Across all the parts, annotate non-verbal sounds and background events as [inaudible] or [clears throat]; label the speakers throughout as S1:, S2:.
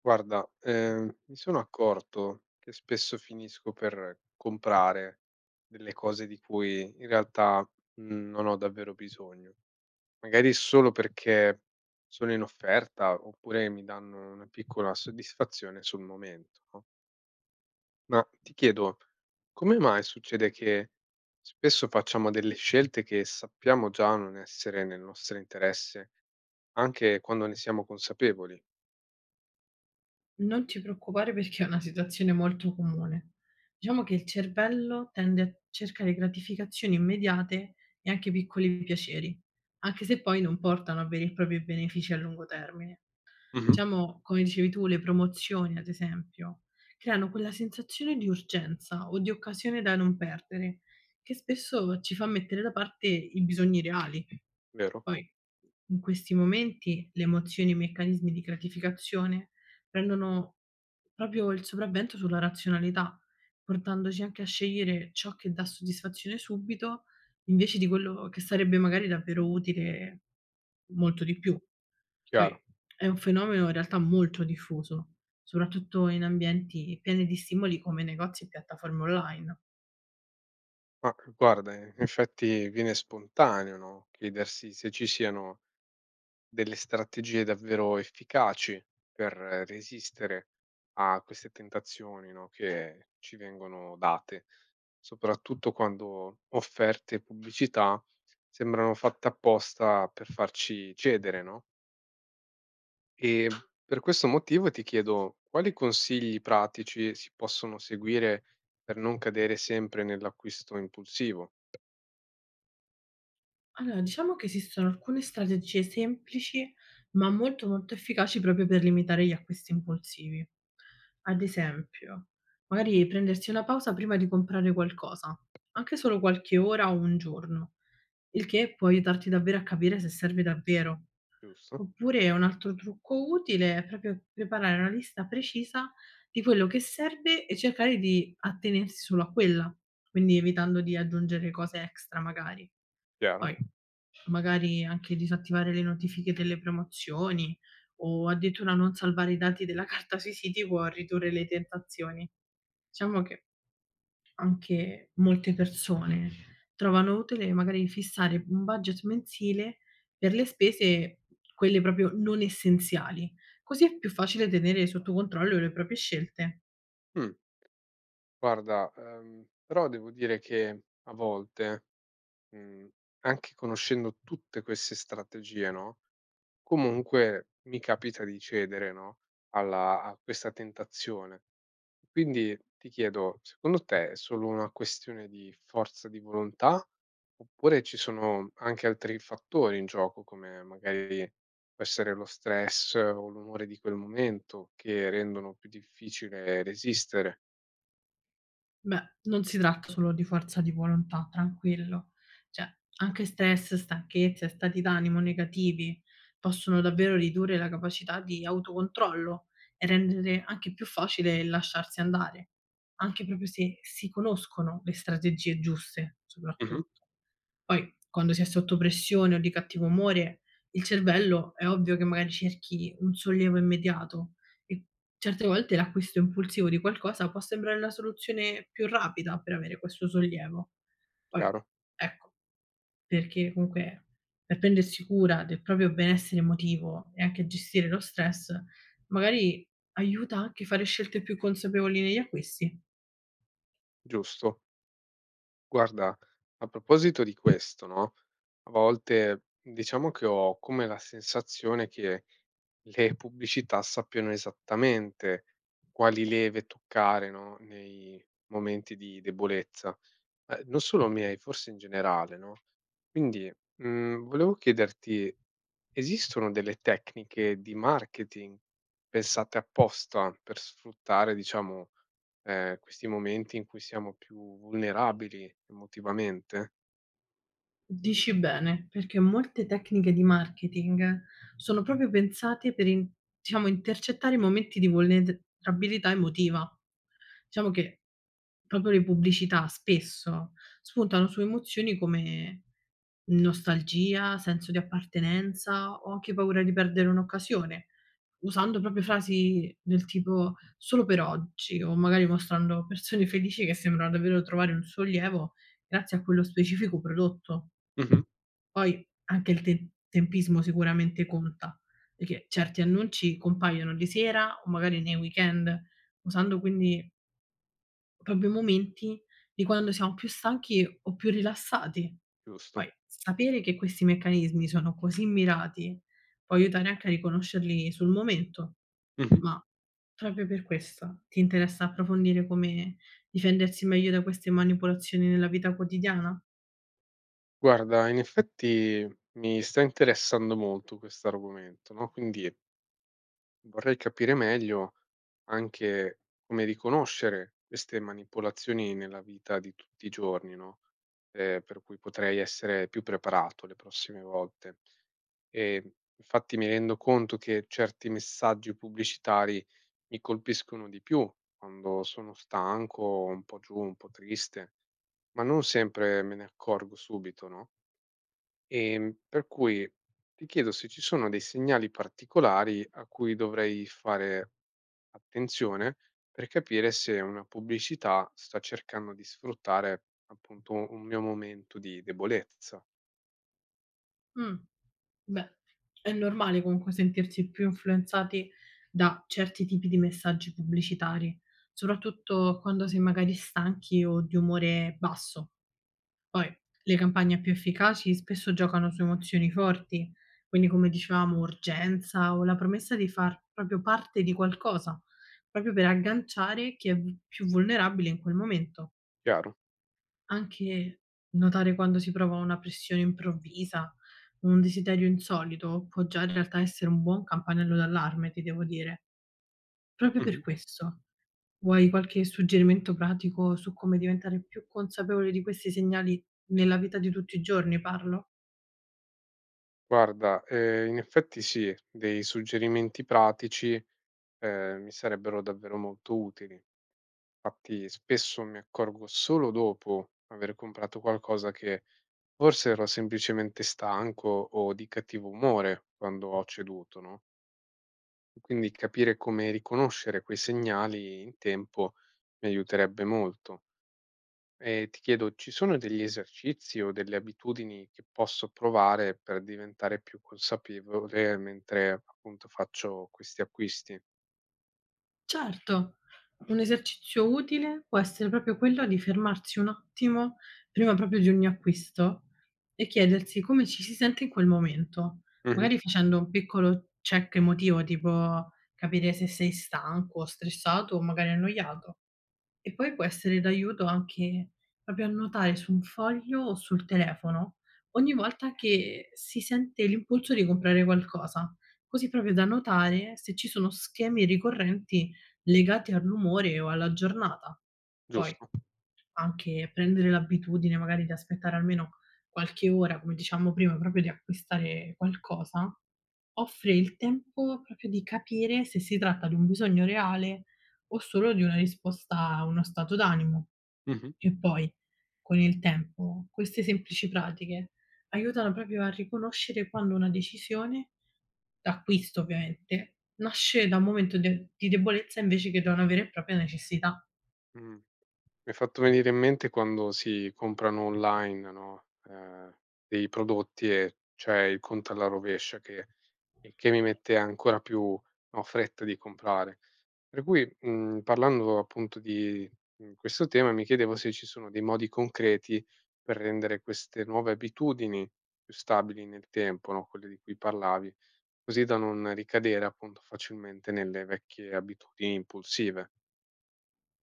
S1: Guarda, mi sono accorto che spesso finisco per comprare delle cose di cui in realtà non ho davvero bisogno, magari solo perché sono in offerta oppure mi danno una piccola soddisfazione sul momento, no? Ma ti chiedo, come mai succede che spesso facciamo delle scelte che sappiamo già non essere nel nostro interesse, anche quando ne siamo consapevoli?
S2: Non ti preoccupare perché è una situazione molto comune. Diciamo che il cervello tende a cercare gratificazioni immediate e anche piccoli piaceri, anche se poi non portano a veri e propri benefici a lungo termine.
S1: Mhm.
S2: Diciamo, come dicevi tu, le promozioni ad esempio, creano quella sensazione di urgenza o di occasione da non perdere, che spesso ci fa mettere da parte i bisogni reali.
S1: Vero?
S2: Poi, in questi momenti, le emozioni e i meccanismi di gratificazione prendono proprio il sopravvento sulla razionalità, portandoci anche a scegliere ciò che dà soddisfazione subito, invece di quello che sarebbe magari davvero utile molto di più.
S1: Chiaro.
S2: Poi è un fenomeno in realtà molto diffuso, soprattutto in ambienti pieni di stimoli come negozi e piattaforme online.
S1: Ma guarda, in effetti viene spontaneo, no, chiedersi se ci siano delle strategie davvero efficaci per resistere a queste tentazioni, no, che ci vengono date, soprattutto quando offerte e pubblicità sembrano fatte apposta per farci cedere, no? E per questo motivo ti chiedo quali consigli pratici si possono seguire per non cadere sempre nell'acquisto impulsivo,
S2: Allora, diciamo che esistono alcune strategie semplici, ma molto molto efficaci proprio per limitare gli acquisti impulsivi. Ad esempio, magari prendersi una pausa prima di comprare qualcosa, anche solo qualche ora o un giorno, il che può aiutarti davvero a capire se serve davvero.
S1: giusto?
S2: Oppure un altro trucco utile è proprio preparare una lista precisa di quello che serve e cercare di attenersi solo a quella, quindi evitando di aggiungere cose extra magari.
S1: Chiaro.
S2: Poi magari anche disattivare le notifiche delle promozioni o addirittura non salvare i dati della [laughs] carta sui siti può ridurre le tentazioni. Diciamo che anche molte persone trovano utile magari fissare un budget mensile per le spese, quelle proprio non essenziali, così è più facile tenere sotto controllo le proprie scelte.
S1: Mh, guarda, però devo dire che a volte, mhmm, anche conoscendo tutte queste strategie, no, comunque mi capita di cedere, no, alla a questa tentazione. Quindi ti chiedo, secondo te è solo una questione di forza di volontà, oppure ci sono anche altri fattori in gioco, come magari può essere lo stress o l'umore di quel momento, che rendono più difficile resistere?
S2: Beh, non si tratta solo di forza di volontà, tranquillo. Cioè, anche stress, stanchezza e stati d'animo negativi possono davvero ridurre la capacità di autocontrollo e rendere anche più facile il lasciarsi andare, anche proprio se si conoscono le strategie giuste,
S1: Mh-mh.
S2: soprattutto. Poi, quando si è sotto pressione o di cattivo umore, il cervello è ovvio che magari cerchi un sollievo immediato, e certe volte l'acquisto impulsivo di qualcosa può sembrare la soluzione più rapida per avere questo sollievo. Poi,
S1: Chiaro,
S2: ecco, perché comunque per prendersi cura del proprio benessere emotivo e anche gestire lo stress, magari aiuta anche a fare scelte più consapevoli negli acquisti.
S1: giusto. Guarda, a proposito di questo, no, a volte diciamo che ho come la sensazione che le pubblicità sappiano esattamente quali leve toccare, no, nei momenti di debolezza, non solo miei, forse in generale, no? Quindi, volevo chiederti, esistono delle tecniche di marketing pensate apposta per sfruttare, diciamo, questi momenti in cui siamo più vulnerabili emotivamente?
S2: Dici bene, perché molte tecniche di marketing sono proprio pensate per in diciamo, intercettare i momenti di vulnerabilità emotiva. Diciamo che proprio le pubblicità spesso spuntano su emozioni come nostalgia, senso di appartenenza o anche paura di perdere un'occasione, usando proprio frasi del tipo "solo per oggi" o magari mostrando persone felici che sembrano davvero trovare un sollievo grazie a quello specifico prodotto.
S1: Mh-mh,
S2: Poi anche il te tempismo sicuramente conta, perché certi annunci compaiono di sera o magari nei weekend, usando quindi proprio i momenti di quando siamo più stanchi o più rilassati.
S1: giusto.
S2: Poi sapere che questi meccanismi sono così mirati può aiutare anche a riconoscerli sul momento.
S1: Mh-mh.
S2: Ma proprio per questo ti interessa approfondire come difendersi meglio da queste manipolazioni nella vita quotidiana?
S1: Guarda, in effetti mi sta interessando molto quest'argomento, no, quindi vorrei capire meglio anche come riconoscere queste manipolazioni nella vita di tutti i giorni, no? Per cui potrei essere più preparato le prossime volte. E infatti mi rendo conto che certi messaggi pubblicitari mi colpiscono di più quando sono stanco, un po' giù, un po' triste, ma non sempre me ne accorgo subito, no? Per cui ti chiedo se ci sono dei segnali particolari a cui dovrei fare attenzione per capire se una pubblicità sta cercando di sfruttare appunto un mio momento di debolezza,
S2: Mh. Beh, è normale comunque sentirsi più influenzati da certi tipi di messaggi pubblicitari, soprattutto quando sei magari stanchi o di umore basso. Poi le campagne più efficaci spesso giocano su emozioni forti, quindi come dicevamo urgenza o la promessa di far proprio parte di qualcosa, proprio per agganciare chi è v più vulnerabile in quel momento.
S1: chiaro?
S2: Anche notare quando si prova una pressione improvvisa, un desiderio insolito, può già in realtà essere un buon campanello d'allarme, ti devo dire. Proprio
S1: Mh-mh.
S2: per questo, vuoi qualche suggerimento pratico su come diventare più consapevoli di questi segnali nella vita di tutti i giorni, parlo?
S1: Guarda, in effetti sì, dei suggerimenti pratici, mi sarebbero davvero molto utili. Fatti spesso mi accorgo solo dopo aver comprato qualcosa che forse ero semplicemente stanco o di cattivo umore quando ho ceduto, no? Quindi capire come riconoscere quei segnali in tempo mi aiuterebbe molto. E ti chiedo, ci sono degli esercizi o delle abitudini che posso provare per diventare più consapevole mentre appunto faccio questi acquisti?
S2: Certo, un esercizio utile può essere proprio quello di fermarsi un attimo prima proprio di ogni acquisto e chiedersi come ci si sente in quel momento,
S1: Mhm.
S2: magari facendo un piccolo check emotivo, tipo capire se sei stanco, stressato o magari annoiato. E poi può essere d'aiuto anche proprio annotare su un foglio o sul telefono ogni volta che si sente l'impulso di comprare qualcosa, così proprio da notare se ci sono schemi ricorrenti legati al rumore o alla giornata. Poi
S1: Giusto.
S2: anche prendere l'abitudine magari di aspettare almeno qualche ora, come dicevamo prima, proprio di acquistare qualcosa, offre il tempo proprio di capire se si tratta di un bisogno reale o solo di una risposta a uno stato d'animo.
S1: Mhm.
S2: E poi, con il tempo, queste semplici pratiche aiutano proprio a riconoscere quando una decisione, d'acquisto ovviamente, nasce da un momento de di debolezza invece che da una vera e propria necessità.
S1: Mm. Mi hai fatto venire in mente quando si comprano online, no, dei prodotti e c'è il conto alla rovescia che il che mi mette ancora più, no, fretta di comprare. Per cui, parlando appunto di, questo tema, mi chiedevo se ci sono dei modi concreti per rendere queste nuove abitudini più stabili nel tempo, no, quelle di cui parlavi, così da non ricadere appunto facilmente nelle vecchie abitudini impulsive.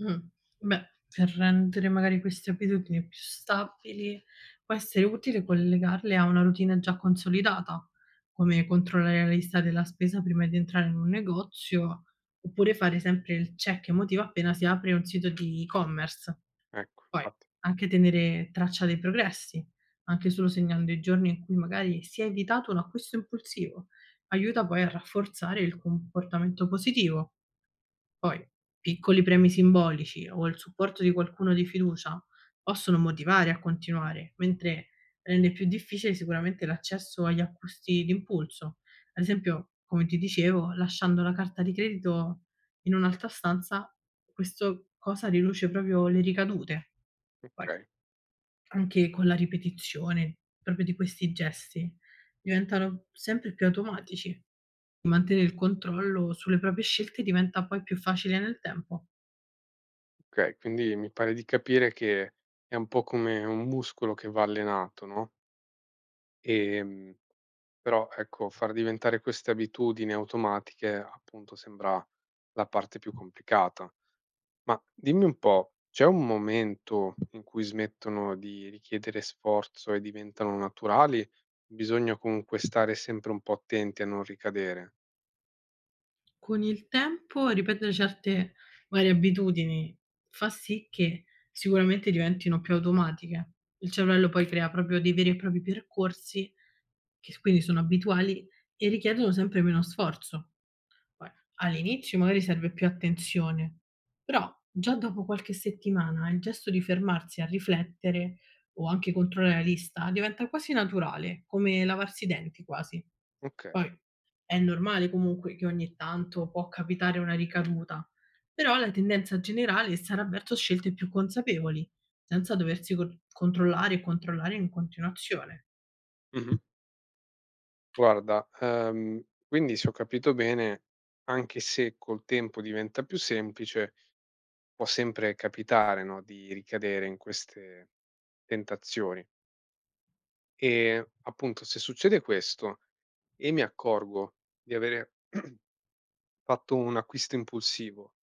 S2: Mh. Beh, per rendere magari queste abitudini più stabili, può essere utile collegarle a una routine già consolidata, come controllare la lista della spesa prima di entrare in un negozio, oppure fare sempre il check emotivo appena si apre un sito di e-commerce.
S1: Ecco,
S2: Poi,
S1: infatti
S2: anche tenere traccia dei progressi, anche solo segnando i giorni in cui magari si è evitato un acquisto impulsivo, aiuta poi a rafforzare il comportamento positivo. Poi, piccoli premi simbolici o il supporto di qualcuno di fiducia possono motivare a continuare, mentre rende più difficile sicuramente l'accesso agli acquisti d'impulso. Ad esempio, come ti dicevo, lasciando la carta di credito in un'altra stanza, questo cosa riduce proprio le ricadute. Poi
S1: okay.
S2: anche con la ripetizione proprio di questi gesti, diventano sempre più automatici. Mantenere il controllo sulle proprie scelte diventa poi più facile nel tempo.
S1: Okay, quindi mi pare di capire che è un po' come un muscolo che va allenato, no, ehm, però ecco, far diventare queste abitudini automatiche, appunto, sembra la parte più complicata. Ma dimmi un po', c'è un momento in cui smettono di richiedere sforzo e diventano naturali? Bisogna comunque stare sempre un po' attenti a non ricadere?
S2: Con il tempo ripetere certe magari abitudini fa sì che sicuramente diventino più automatiche. Il cervello poi crea proprio dei veri e propri percorsi che s quindi sono abituali e richiedono sempre meno sforzo. Poi all'inizio magari serve più attenzione, però già dopo qualche settimana il gesto di fermarsi a riflettere o anche controllare la lista diventa quasi naturale, come lavarsi i denti quasi.
S1: Okay.
S2: Poi è normale comunque che ogni tanto può capitare una ricaduta, però la tendenza generale sarà verso scelte più consapevoli, senza doversi controllare e controllare in continuazione.
S1: Mh-mh. Guarda, quindi se ho capito bene, anche se col tempo diventa più semplice, può sempre capitare, no, di ricadere in queste tentazioni. E appunto, se succede questo e mi accorgo di avere [clears throat] fatto un acquisto impulsivo,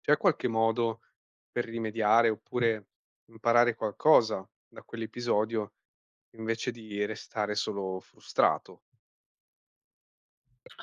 S1: c'è qualche modo per rimediare oppure imparare qualcosa da quell'episodio invece di restare solo frustrato?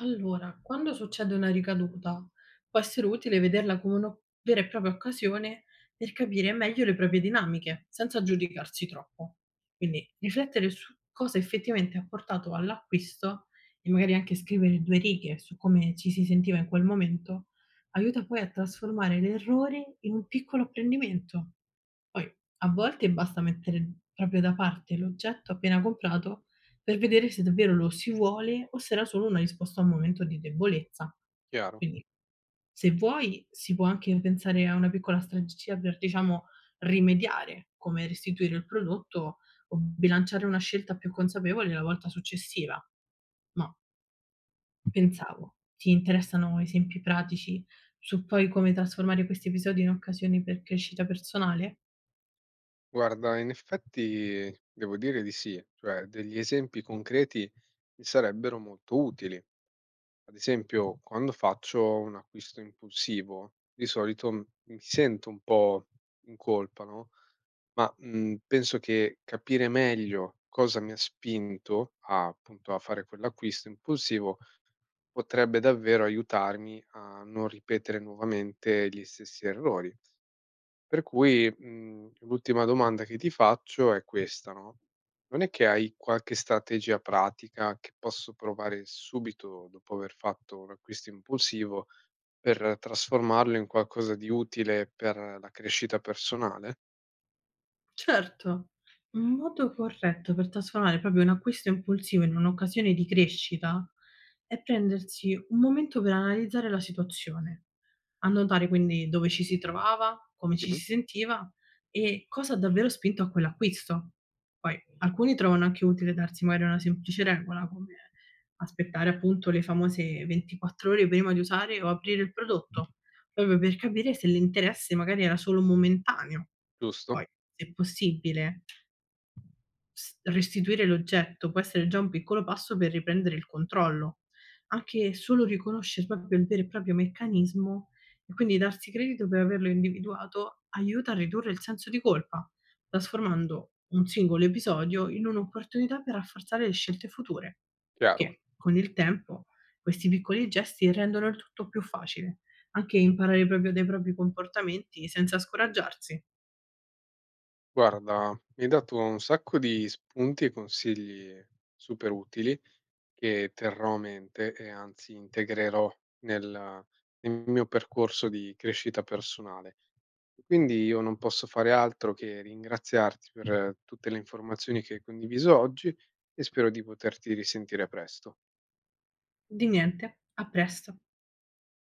S2: Allora, quando succede una ricaduta, può essere utile vederla come una vera e propria occasione per capire meglio le proprie dinamiche, senza giudicarsi troppo. Quindi riflettere su cosa effettivamente ha portato all'acquisto e magari anche scrivere due righe su come ci si sentiva in quel momento, aiuta poi a trasformare l'errore in un piccolo apprendimento. Poi, a volte basta mettere proprio da parte l'oggetto appena comprato per vedere se davvero lo si vuole o se era solo una risposta a un momento di debolezza.
S1: Chiaro?
S2: Quindi, se vuoi, si può anche pensare a una piccola strategia per, diciamo, rimediare, come restituire il prodotto o bilanciare una scelta più consapevole la volta successiva. Ma pensavo, ti interessano esempi pratici su poi come trasformare questi episodi in occasioni per crescita personale?
S1: Guarda, in effetti devo dire di sì, cioè degli esempi concreti mi sarebbero molto utili. Ad esempio, quando faccio un acquisto impulsivo, di solito mi sento un po' in colpa, no? Ma penso che capire meglio cosa mi ha spinto a, appunto a fare quell'acquisto impulsivo potrebbe davvero aiutarmi a non ripetere nuovamente gli stessi errori. Per cui, l'ultima domanda che ti faccio è questa, no, non è che hai qualche strategia pratica che posso provare subito dopo aver fatto un acquisto impulsivo per trasformarlo in qualcosa di utile per la crescita personale?
S2: Certo, un modo corretto per trasformare proprio un acquisto impulsivo in un'occasione di crescita è prendersi un momento per analizzare la situazione. A notare quindi dove ci si trovava, come
S1: Sì.
S2: ci si sentiva e cosa ha davvero spinto a quell'acquisto. Poi alcuni trovano anche utile darsi magari una semplice regola, come aspettare appunto le famose 24 ore prima di usare o aprire il prodotto, proprio per capire se l'interesse magari era solo momentaneo.
S1: Giusto?
S2: Poi, se possibile, S restituire l'oggetto può essere già un piccolo passo per riprendere il controllo. Anche solo riconoscere proprio il vero e proprio meccanismo e quindi darsi credito per averlo individuato, aiuta a ridurre il senso di colpa, trasformando un singolo episodio in un'opportunità per rafforzare le scelte future,
S1: Chiaro.
S2: che con il tempo questi piccoli gesti rendono il tutto più facile, anche imparare proprio dai propri comportamenti senza scoraggiarsi.
S1: Guarda, mi hai dato un sacco di spunti e consigli super utili che terrò a mente e anzi integrerò nel nel mio percorso di crescita personale. Quindi io non posso fare altro che ringraziarti per tutte le informazioni che hai condiviso oggi e spero di poterti risentire presto.
S2: Di niente, a presto.